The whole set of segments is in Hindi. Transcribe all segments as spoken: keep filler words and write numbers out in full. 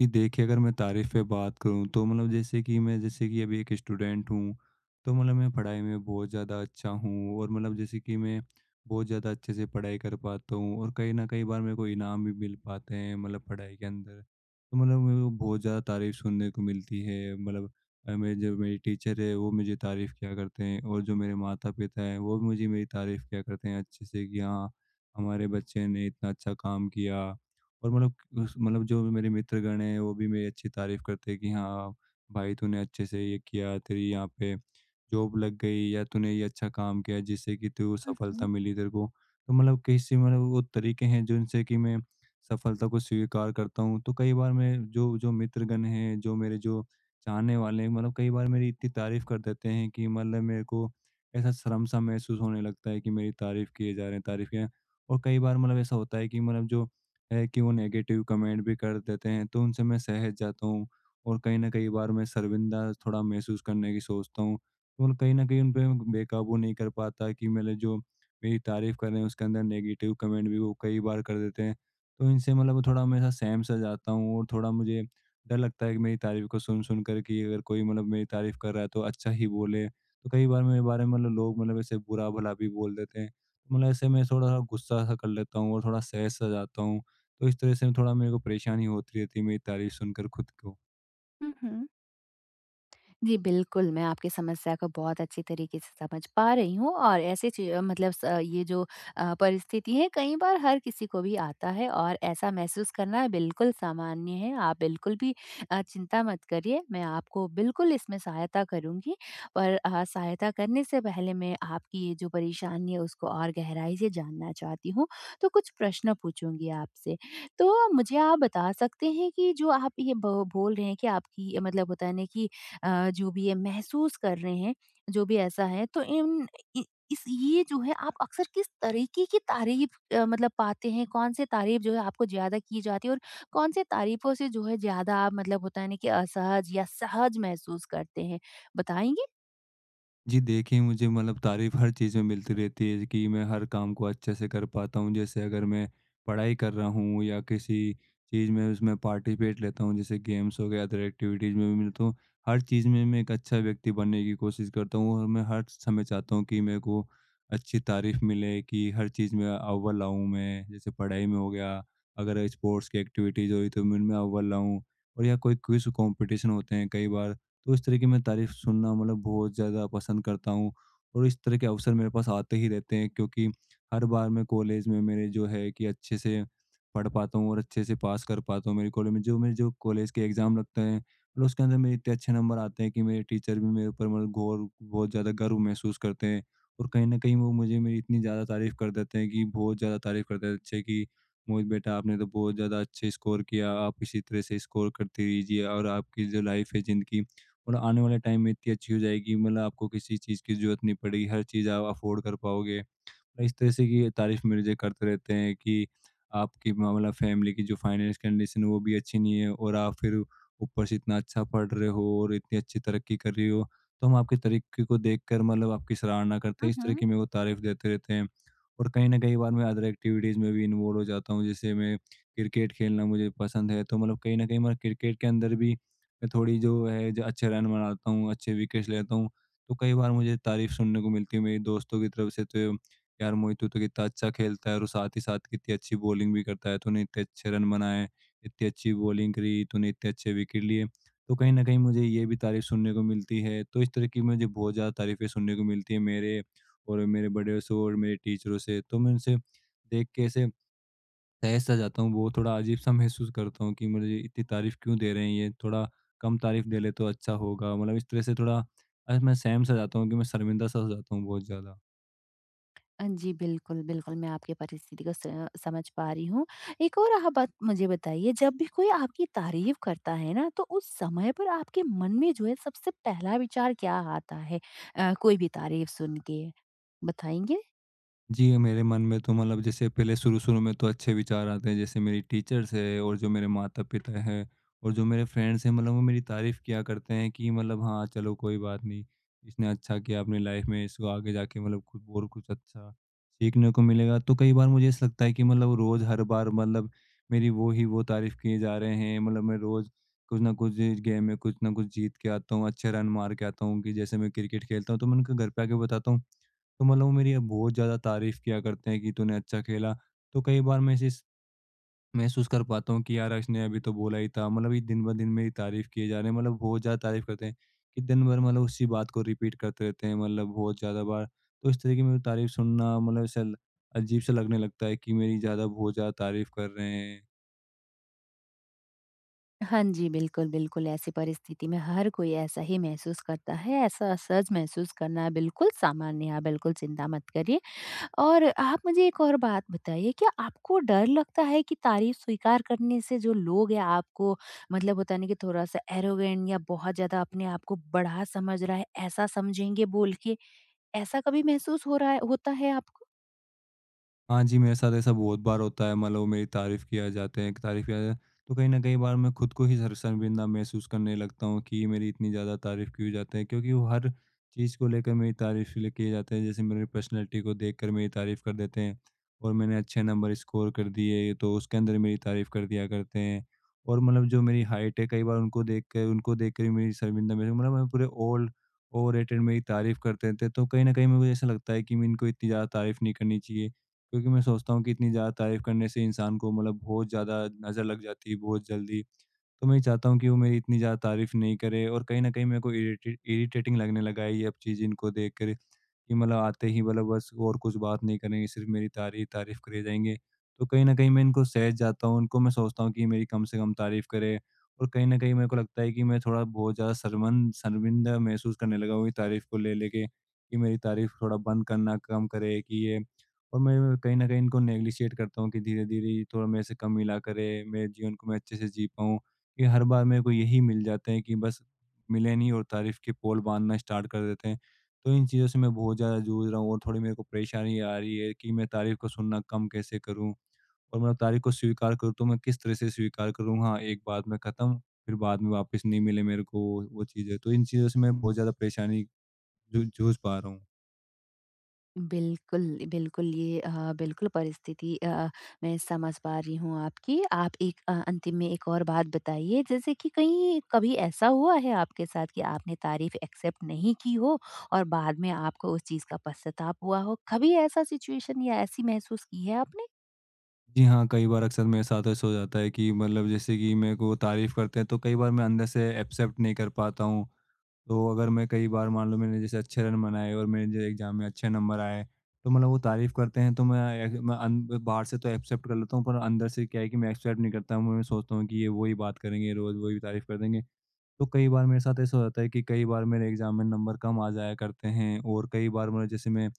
जी देखिए, अगर मैं तारीफ़ पे बात करूँ तो मतलब जैसे कि मैं जैसे कि अभी एक स्टूडेंट हूँ, तो मतलब मैं पढ़ाई में बहुत ज़्यादा अच्छा हूँ, और मतलब जैसे कि मैं बहुत ज़्यादा अच्छे से पढ़ाई कर पाता हूँ, और कहीं न कई बार मेरे को इनाम भी मिल पाते हैं मतलब पढ़ाई के अंदर। तो मतलब मेरे को बहुत ज़्यादा तारीफ़ सुनने को मिलती है। मतलब अ, मेरे जो मेरी टीचर है वो मुझे तारीफ़ किया करते हैं, और जो मेरे माता-पिता हैं वो भी मुझे मेरी तारीफ़ किया करते हैं अच्छे से, कि हाँ, हमारे बच्चे ने इतना अच्छा काम किया। और मतलब उस मतलब जो भी मेरे मित्रगण हैं, वो भी मेरी अच्छी तारीफ़ करते हैं, कि हाँ, भाई तूने अच्छे से ये किया, तेरी यहाँ पे जॉब लग गई, या तूने ये अच्छा काम किया जिससे कि तू सफलता Uhum, मिली तेरे को। तो मतलब कैसे मतलब वो तरीके हैं जिनसे कि मैं सफलता को स्वीकार करता हूँ। तो कई बार मैं जो जो मित्रगण हैं, जो मेरे जो चाहने वाले हैं, मतलब कई बार मेरी इतनी तारीफ़ कर देते हैं कि मतलब मेरे को ऐसा शर्म-सा महसूस होने लगता है कि मेरी तारीफ़ किए जा रहे हैं, तारीफ़ किए और कई बार मतलब ऐसा होता है कि मतलब जो है कि वो नेगेटिव कमेंट भी कर देते हैं, तो उनसे मैं सहज जाता हूँ, और कहीं न कई बार मैं शर्मिंदा थोड़ा महसूस करने की सोचता हूँ। और कहीं न कहीं उन पे मैं बेकाबू नहीं कर पाता कि मेरे जो मेरी तारीफ़ कर रहे हैं, उसके अंदर नेगेटिव कमेंट भी वो कई बार कर देते हैं। तो इनसे मतलब थोड़ा मैं ऐसा सहम-सा जाता हूँ, और थोड़ा मुझे डर लगता है कि मेरी तारीफ़ को सुन-सुन कर, कि अगर कोई मतलब मेरी तारीफ़ कर रहा है, तो अच्छा ही बोले। तो कई बार मेरे बारे में मतलब लोग मतलब ऐसे बुरा-भला भी बोल देते हैं। मतलब ऐसे मैं थोड़ा-सा गुस्सा-सा कर लेता हूँ और थोड़ा सहज-सा जाता हूँ। तो इस तरह से थोड़ा मेरे को परेशानी होती रहती है मेरी तारीफ़ सुनकर खुद को। uhum। जी, बिल्कुल, मैं आपकी समस्या को बहुत अच्छी तरीके से समझ पा रही हूँ और ऐसे चीज़ अ, मतलब स अ, ये जो अ, परिस्थिति है कई बार हर किसी को भी आता है और ऐसा महसूस करना बिल्कुल सामान्य है। आप बिल्कुल भी अ, चिंता मत करिए, मैं आपको बिल्कुल इसमें सहायता करूँगी। पर अ, सहायता करने से पहले मैं आपकी ये जो परेशानी है उसको और गहराई से जानना चाहती हूँ, तो कुछ प्रश्न पूछूँगी आपसे। तो मुझे आप बता सकते हैं कि जो आप ये ब बोल रहे हैं कि आपकी मतलब होता है ना कि अ, जो भी ये महसूस कर रहे हैं, जो भी ऐसा है तो इन इ इस ये जो है आप अक्सर किस तरीके की तारीफ अ, मतलब पाते हैं? कौन से तारीफ जो है आपको ज़्यादा की जाती है और कौन से तारीफों से जो है ज़्यादा आप मतलब होता है ना कि असहज या सहज महसूस करते हैं? बताएँगे? जी देखिए, मुझे मतलब तारीफ़ हर चीज़ में मिलती रहती है कि मैं हर काम को अच्छे से कर पाता हूँ। जैसे अगर मैं पढ़ाई कर रहा हूँ, या किसी चीज़ में उसमें पार्टिसिपेट लेता हूँ, जैसे गेम्स हो गए, अदर एक्टिविटीज़ में भी मैं, तो हर चीज़ में मैं एक अच्छा व्यक्ति बनने की कोशिश करता हूँ, और मैं हर समय चाहता हूँ कि मेरे को अच्छी तारीफ़ मिले, कि हर चीज़ में अव्वल आऊँ मैं। जैसे पढ़ाई में हो गया, अगर स्पोर्ट्स की एक्टिविटीज़ हुई तो मैं उनमें अव्वल आऊँ, और या कोई क्विज़ कॉम्पिटिशन होते हैं कई बार, तो इस तरह की मैं तारीफ़ सुनना मतलब बहुत ज़्यादा पसंद करता हूँ। और इस तरह के अवसर मेरे पास आते ही रहते हैं, क्योंकि हर बार मैं कॉलेज में मेरे जो है कि अच्छे से पढ़ पाता हूँ और अच्छे से पास कर पाता हूँ, मेरे कॉलेज में जो मेरे जो कॉलेज के एग्ज़ाम लगते हैं मतलब उसके अंदर मेरे इतने अच्छे नंबर आते हैं कि मेरे टीचर भी मेरे ऊपर मतलब गौर बहुत ज़्यादा गर्व महसूस करते हैं, और कहीं न कहीं वो मुझे मेरी इतनी ज़्यादा तारीफ़ कर देते हैं, कि बहुत ज़्यादा तारीफ़ कर देते हैं अच्छे, कि मोहित बेटा आपने तो बहुत ज़्यादा अच्छे स्कोर किया, आप इसी तरह से स्कोर करते रहिए, और आपकी जो लाइफ़ है ज़िंदगी और आने वाले टाइम में इतनी अच्छी हो जाएगी, मतलब आपको किसी चीज़ की ज़रूरत नहीं पड़ेगी, हर चीज़ आप अफ़ोर्ड कर पाओगे। इस तरह से कि तारीफ़ मेरे लिए करते रहते हैं, कि आपकी मतलब फैमिली की जो फाइनेंस कंडीशन है वो भी अच्छी नहीं है, और आप फिर ऊपर से इतना अच्छा पढ़ रहे हो और इतनी अच्छी तरक्की कर रही हो। तो हम आपके तरीके को देखकर मतलब आपकी सराहना करते हैं। इस तरह की मेरे को तारीफ़ देते रहते हैं, और कहीं न कहीं बार मैं अदर एक्टिविटीज़ में भी इन्वॉल्व हो जाता हूँ। जैसे मैं क्रिकेट खेलना मुझे पसंद है, तो मतलब कहीं न कहीं मैं क्रिकेट के अंदर भी मैं थोड़ी जो है जो अच्छे रन बनाता हूँ, अच्छे विकेट्स लेता हूँ। तो कई बार मुझे तारीफ़ सुनने को मिलती है मेरे दोस्तों की तरफ से, तो यार मोहित तो कितना अच्छा खेलता है, और साथ ही साथ कितनी अच्छी बॉलिंग भी करता है, तूने इतने अच्छे रन बनाए, इतनी अच्छी बॉलिंग करी, तूने इतने अच्छे विकेट लिए। तो कहीं ना कहीं मुझे ये भी तारीफ सुनने को मिलती है, तो इस तरह की मुझे बहुत ज़्यादा तारीफें सुनने को मिलती है मेरे और मेरे बड़े से और मेरे टीचरों से। तो मैं उनसे देख के ऐसे तहस सा जाता हूँ, वो थोड़ा अजीब सा महसूस करता हूँ कि मुझे इतनी तारीफ क्यों दे रहे हैं, ये थोड़ा कम तारीफ दे ले तो अच्छा होगा। मतलब इस तरह से थोड़ा आज मैं सहम सा जाता हूँ कि मैं शर्मिंदा सा हो जाता हूँ बहुत ज़्यादा। अ, जी, बिल्कुल, बिल्कुल, मैं आपकी परिस्थिति को स समझ पा रही हूँ। एक और आप बात मुझे बताइए, जब भी कोई आपकी तारीफ़ करता है ना, तो उस समय पर आपके मन में जो है, सबसे पहला विचार क्या आता है अ, कोई भी तारीफ़ सुन के? बताएँगे? जी, मेरे मन में तो मतलब जैसे पहले शुरू-शुरू में तो अच्छे विचार आते हैं, जैसे मेरी टीचर्स है और जो मेरे माता-पिता हैं और जो मेरे फ्रेंड्स हैं, मतलब वो मेरी तारीफ़ किया करते हैं कि मतलब हाँ, चलो कोई बात नहीं, इसने अच्छा किया अपनी लाइफ़ में, इसको आगे जाके मतलब कुछ और कुछ अच्छा सीखने को मिलेगा। तो कई बार मुझे ऐसा लगता है कि मतलब रोज़ हर बार मतलब मेरी वो ही वो तारीफ़ किए जा रहे हैं, मतलब मैं रोज़ कुछ ना कुछ, गेम में कुछ ना कुछ जीत के आता हूँ, अच्छे रन मार के आता हूँ, कि जैसे मैं क्रिकेट खेलता हूँ, तो मैं उनके घर पे आके बताता हूँ, तो मतलब वो मेरी बहुत ज़्यादा तारीफ़ किया करते हैं कि तूने अच्छा खेला। तो कई बार मैं इसे महसूस कर पाता हूँ कि यार इसने अभी तो बोला ही था। मतलब ये दिन-ब-दिन मेरी तारीफ़ किए जा रहे हैं, मतलब बहुत ज़्यादा तारीफ़ करते हैं, कि दिन भर मतलब उसी बात को रिपीट करते रहते हैं मतलब बहुत ज़्यादा बार। तो इस तरीके की मेरी तारीफ़ सुनना मतलब ऐसा अजीब-सा लगने लगता है कि मेरी ज़्यादा बहुत ज़्यादा तारीफ़ कर रहे हैं। हाँ जी, बिल्कुल, बिल्कुल, ऐसी परिस्थिति में हर कोई ऐसा ही महसूस करता है, ऐसा असहज महसूस करना बिल्कुल सामान्य है, आप बिल्कुल चिंता मत करिए। और आप मुझे एक और बात बताइए, क्या आपको डर लगता है कि तारीफ़ स्वीकार करने से जो लोग हैं आपको मतलब होता है ना कि थोड़ा-सा एरोगेंट या बहुत ज़्यादा अपने आप को बड़ा समझ रहा है, ऐसा समझेंगे बोल के, ऐसा कभी महसूस हो रहा है होता है आपको? हाँ जी, मेरे साथ ऐसा बहुत बार होता है, मतलब वो मेरी तारीफ़ किया जाते हैं, तारीफ़ किया जाता है, तो कहीं न कहीं बार मैं खुद को ही शर शर्मिंदा महसूस करने लगता हूँ कि ये मेरी इतनी ज़्यादा तारीफ़ क्यों जाते हैं, क्योंकि वो हर चीज़ को लेकर मेरी तारीफ़ इसलिए किए जाते हैं, जैसे मेरी पर्सनैलिटी को देखकर मेरी तारीफ़ कर देते हैं, और मैंने अच्छे नंबर स्कोर कर दिए, तो उसके अंदर मेरी तारीफ़ कर दिया करते हैं, और मतलब जो मेरी हाइट है, कई बार उनको देख के उनको देख कर ही मेरी शर्मिंदा महसूस, मतलब मैं पूरे ओल्ड ओवररेटेड मेरी तारीफ़ करते थे, तो कहीं न कहीं मेरे को ऐसा लगता है कि मैं इनको इतनी ज़्यादा तारीफ़ नहीं करनी चाहिए। क्योंकि मैं सोचता हूँ कि इतनी ज़्यादा तारीफ़ करने से इंसान को मतलब बहुत ज़्यादा नज़र लग जाती है बहुत जल्दी। तो मैं ये चाहता हूँ कि वो मेरी इतनी ज़्यादा तारीफ़ नहीं करे, और कहीं न कहीं मेरे को इरिटेट इरिटेटिंग लगने लगा है ये अब चीज़ इनको देख कर। कि मतलब आते ही मतलब बस और कुछ बात नहीं करेंगे, सिर्फ़ मेरी तारीफ़ तारीफ़ करे जाएँगे। तो कहीं न कहीं मैं इनको सहज जाता हूँ, इनको मैं सोचता हूँ कि ये मेरी कम से कम तारीफ़ करे, और कहीं न कहीं मेरे को लगता है कि मैं थोड़ा बहुत ज़्यादा शर्मन शर्मिंदा महसूस करने लगा हूँ ये तारीफ़ को ले लेके, कि मेरी तारीफ़ थोड़ा बंद करना कम करे कि ये। और मैं कहीं न कहीं इनको नेग्लिशिएट करता हूँ, कि धीरे-धीरे ये थोड़ा मेरे से कम मिला करे, मेरे जीवन को मैं अच्छे से जी पाऊँ। ये हर बार मेरे को यही मिल जाते हैं कि बस मिले नहीं और तारीफ़ के पोल बाँधना स्टार्ट कर देते हैं। तो इन चीज़ों से मैं बहुत ज़्यादा जूझ रहा हूँ, और थोड़ी मेरे को परेशानी आ रही है कि मैं तारीफ को सुनना कम कैसे करूँ, और मतलब तारीफ को स्वीकार करूँ तो मैं किस तरह से स्वीकार करूँ, हाँ एक बात में ख़त्म फिर बाद में वापस नहीं मिले मेरे को वो चीज़ें। तो इन चीज़ों से मैं बहुत ज़्यादा परेशानी जू- जूझ पा रहा हूँ। बिल्कुल, बिल्कुल ये अ, बिल्कुल परिस्थिति अ, मैं समझ पा रही हूँ आपकी। आप एक अ, अंतिम में एक और बात बताइए जैसे कि कहीं कभी ऐसा हुआ है आपके साथ कि आपने तारीफ़ एक्सेप्ट नहीं की हो और बाद में आपको उस चीज़ का पश्चाताप हुआ हो? कभी ऐसा सिचुएशन या ऐसी महसूस की है आपने? जी हाँ, कई बार अक्सर मेरे साथ ऐसा हो जाता है कि मतलब जैसे कि मेरे को तारीफ़ करते हैं, तो कई बार मैं अंदर से एक्सेप्ट नहीं कर पाता हूँ। तो अगर मैं कई बार मान लो मैंने जैसे अच्छे रन बनाए और मेरे जो एग्ज़ाम में अच्छे नंबर आए, तो मतलब वो तारीफ़ करते हैं, तो मैं एक मैं अन बाहर से तो एक्सेप्ट कर लेता हूँ, पर अंदर से क्या है कि मैं एक्सेप्ट नहीं करता हूँ। मैं सोचता हूँ कि ये वही बात करेंगे, रोज़ वही तारीफ़ कर देंगे। तो कई बार मेरे साथ ऐसा होता है कि कई बार मेरे एग्ज़ाम में नंबर कम आ जाया करते हैं, और कई बार मैं, जैसे मैं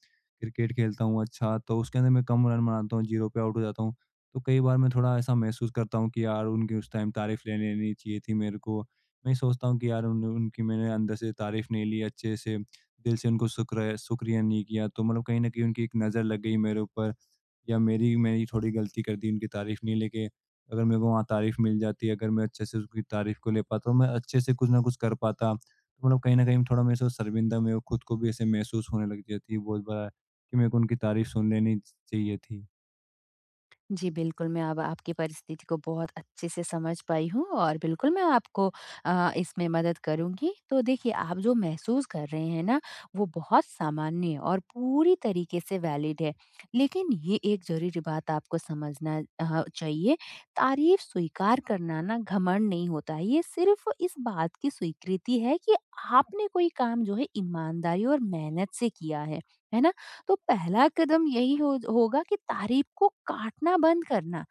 क्रिकेट खेलता हूँ अच्छा, तो उसके अंदर मैं कम रन बनाता हूँ, ज़ीरो पे आउट हो जाता हूँ। तो कई बार मैं थोड़ा ऐसा महसूस करता हूँ कि यार उनकी उस टाइम तारीफ़ ले लेनी चाहिए थी मेरे को। मैं सोचता हूँ कि यार उन उनकी मैंने अंदर से तारीफ़ नहीं ली अच्छे से, दिल से उनको शुक्र शुक्रिया नहीं किया। तो मतलब कहीं न कहीं उनकी एक नज़र लग गई मेरे ऊपर। या मेरी मैंने थोड़ी गलती कर दी उनकी तारीफ़ नहीं लेके, अगर मेरे को वहाँ तारीफ़ मिल जाती, अगर मैं अच्छे से उसकी तारीफ़ को ले पाता, मैं अच्छे से कुछ ना कुछ कर पाता। तो मतलब कहीं न कहीं थोड़ा मेरे से शर्मिंदा मैं खुद को भी ऐसे महसूस होने लग जाती है बहुत बार कि मेरे को उनकी तारीफ़ सुन लेनी चाहिए थी। जी, बिल्कुल, मैं अब आपकी परिस्थिति को बहुत अच्छे से समझ पाई हूँ और बिल्कुल मैं आपको अ, इसमें मदद करूँगी। तो देखिए, आप जो महसूस कर रहे हैं ना, वो बहुत सामान्य और पूरी तरीके से वैलिड है। लेकिन ये एक ज़रूरी बात आपको समझना अ, चाहिए, तारीफ़ स्वीकार करना ना घमंड नहीं होता है, ये सिर्फ़ इस बात की स्वीकृति है कि आपने कोई काम जो है ईमानदारी और मेहनत से किया है। है ना? तो पहला कदम यही हो होगा कि तारीफ को काटना बंद करना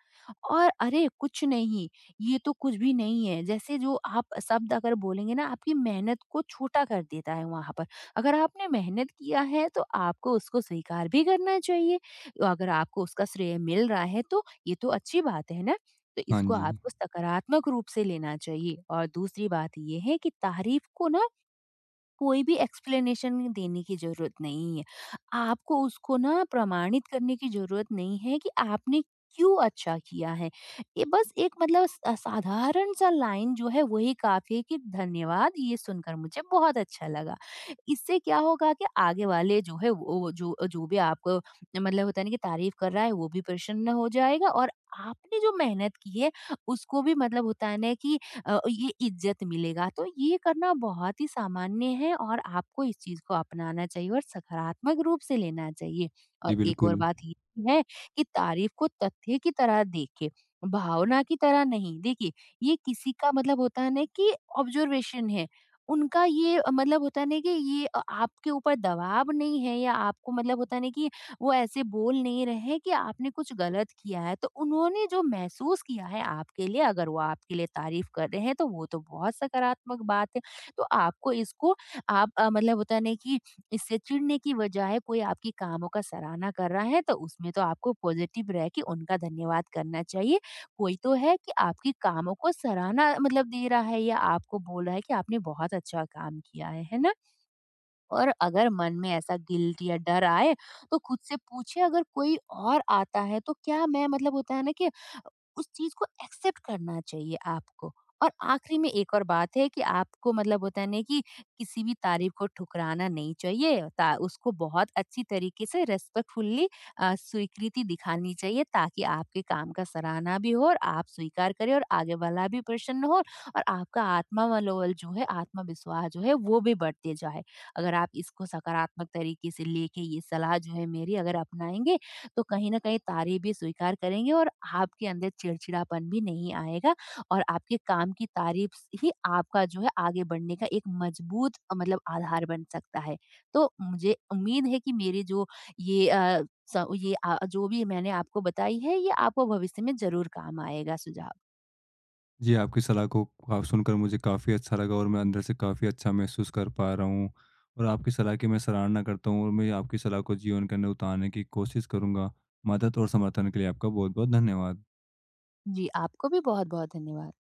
और अरे कुछ नहीं ये तो कुछ भी नहीं है जैसे जो आप शब्द अगर बोलेंगे ना आपकी मेहनत को छोटा कर देता है वहां पर अगर आपने मेहनत किया है तो आपको उसको स्वीकार भी करना चाहिए, तो अगर आपको उसका श्रेय मिल रहा है तो ये तो अच्छी बात है ना। तो हाँ इसको जी। आपको सकारात्मक रूप से लेना चाहिए और दूसरी बात ये है कि तारीफ को ना कोई भी एक्सप्लेनेशन देने की जरूरत नहीं है, आपको उसको ना प्रमाणित करने की जरूरत नहीं है कि आपने क्यों अच्छा किया है। ये बस एक मतलब स- साधारण सा लाइन जो है वही काफी है कि धन्यवाद, ये सुनकर मुझे बहुत अच्छा लगा। इससे क्या होगा कि आगे वाले जो है वो वो जो जो भी आपको मतलब होता है ना कि तारीफ कर रहा है वो भी प्रसन्न हो जाएगा और आपने जो मेहनत की है उसको भी मतलब होता है ना कि अ, ये इज्जत मिलेगा। तो ये करना बहुत ही सामान्य है और आपको इस चीज को अपनाना चाहिए और सकारात्मक रूप से लेना चाहिए। जी, और एक और बिल्कुल। बात ये भी है कि तारीफ को तथ्य की तरह देखे, भावना की तरह नहीं देखिए। ये किसी का मतलब होता है ना कि ऑब्जर्वेशन है उनका। ये अ, मतलब होता नहीं कि ये अ, आपके ऊपर दबाव नहीं है या आपको मतलब होता नहीं कि वो ऐसे बोल नहीं रहे हैं कि आपने कुछ गलत किया है। तो उन्होंने जो महसूस किया है आपके लिए, अगर वो आपके लिए तारीफ़ कर रहे हैं तो वो तो बहुत सकारात्मक बात है। तो आपको इसको आप अ, मतलब होता है ना कि इससे चिढ़ने की बजाय कोई आपकी कामों का सराहना कर रहा है तो उसमें तो आपको पॉजिटिव रह के उनका धन्यवाद करना चाहिए। कोई तो है कि आपकी कामों को सराहना मतलब दे रहा है या आपको बोल रहा है कि आपने बहुत अच्छा काम किया है, है ना? और अगर मन में ऐसा गिल्ट या डर आए तो खुद से पूछे, अगर कोई और आता है तो क्या मैं मतलब होता है ना कि उस चीज को एक्सेप्ट करना चाहिए आपको। और आखिरी में एक और बात है कि आपको मतलब होता है ना कि किसी भी तारीफ को ठुकराना नहीं चाहिए ता, उसको बहुत अच्छी तरीके से रेस्पेक्टफुल्ली स्वीकृति दिखानी चाहिए ताकि आपके काम का सराहना भी हो और आप स्वीकार करें और आगे वाला भी प्रसन्न हो और आपका आत्मा मनोबल जो है, आत्मविश्वास जो है वो भी बढ़ते जाए। अगर आप इसको सकारात्मक तरीके से लेके ये सलाह जो है मेरी अगर अपनाएँगे, तो कहीं न कहीं तारीफ़ भी स्वीकार करेंगे और आपके अंदर चिड़चिड़ापन भी नहीं आएगा और आपके काम की तारीफ़ ही आपका जो है आगे बढ़ने का एक मजबूत अ, मतलब आधार बन सकता है। तो मुझे उम्मीद है कि मेरी जो ये अ, स ये अ, जो भी मैंने आपको बताई है, ये आपको भविष्य में ज़रूर काम आएगा सुझाव। जी, आपकी सलाह को आप सुनकर मुझे काफ़ी अच्छा लगा, और मैं अंदर से काफ़ी अच्छा महसूस कर पा रहा हूँ, और आपकी सलाह की मैं सराहना करता हूँ, और मैं आपकी सलाह को जीवन के अंदर उतारने की कोशिश करूँगा। मदद और समर्थन के लिए आपका बहुत-बहुत धन्यवाद। जी, आपको भी बहुत-बहुत धन्यवाद।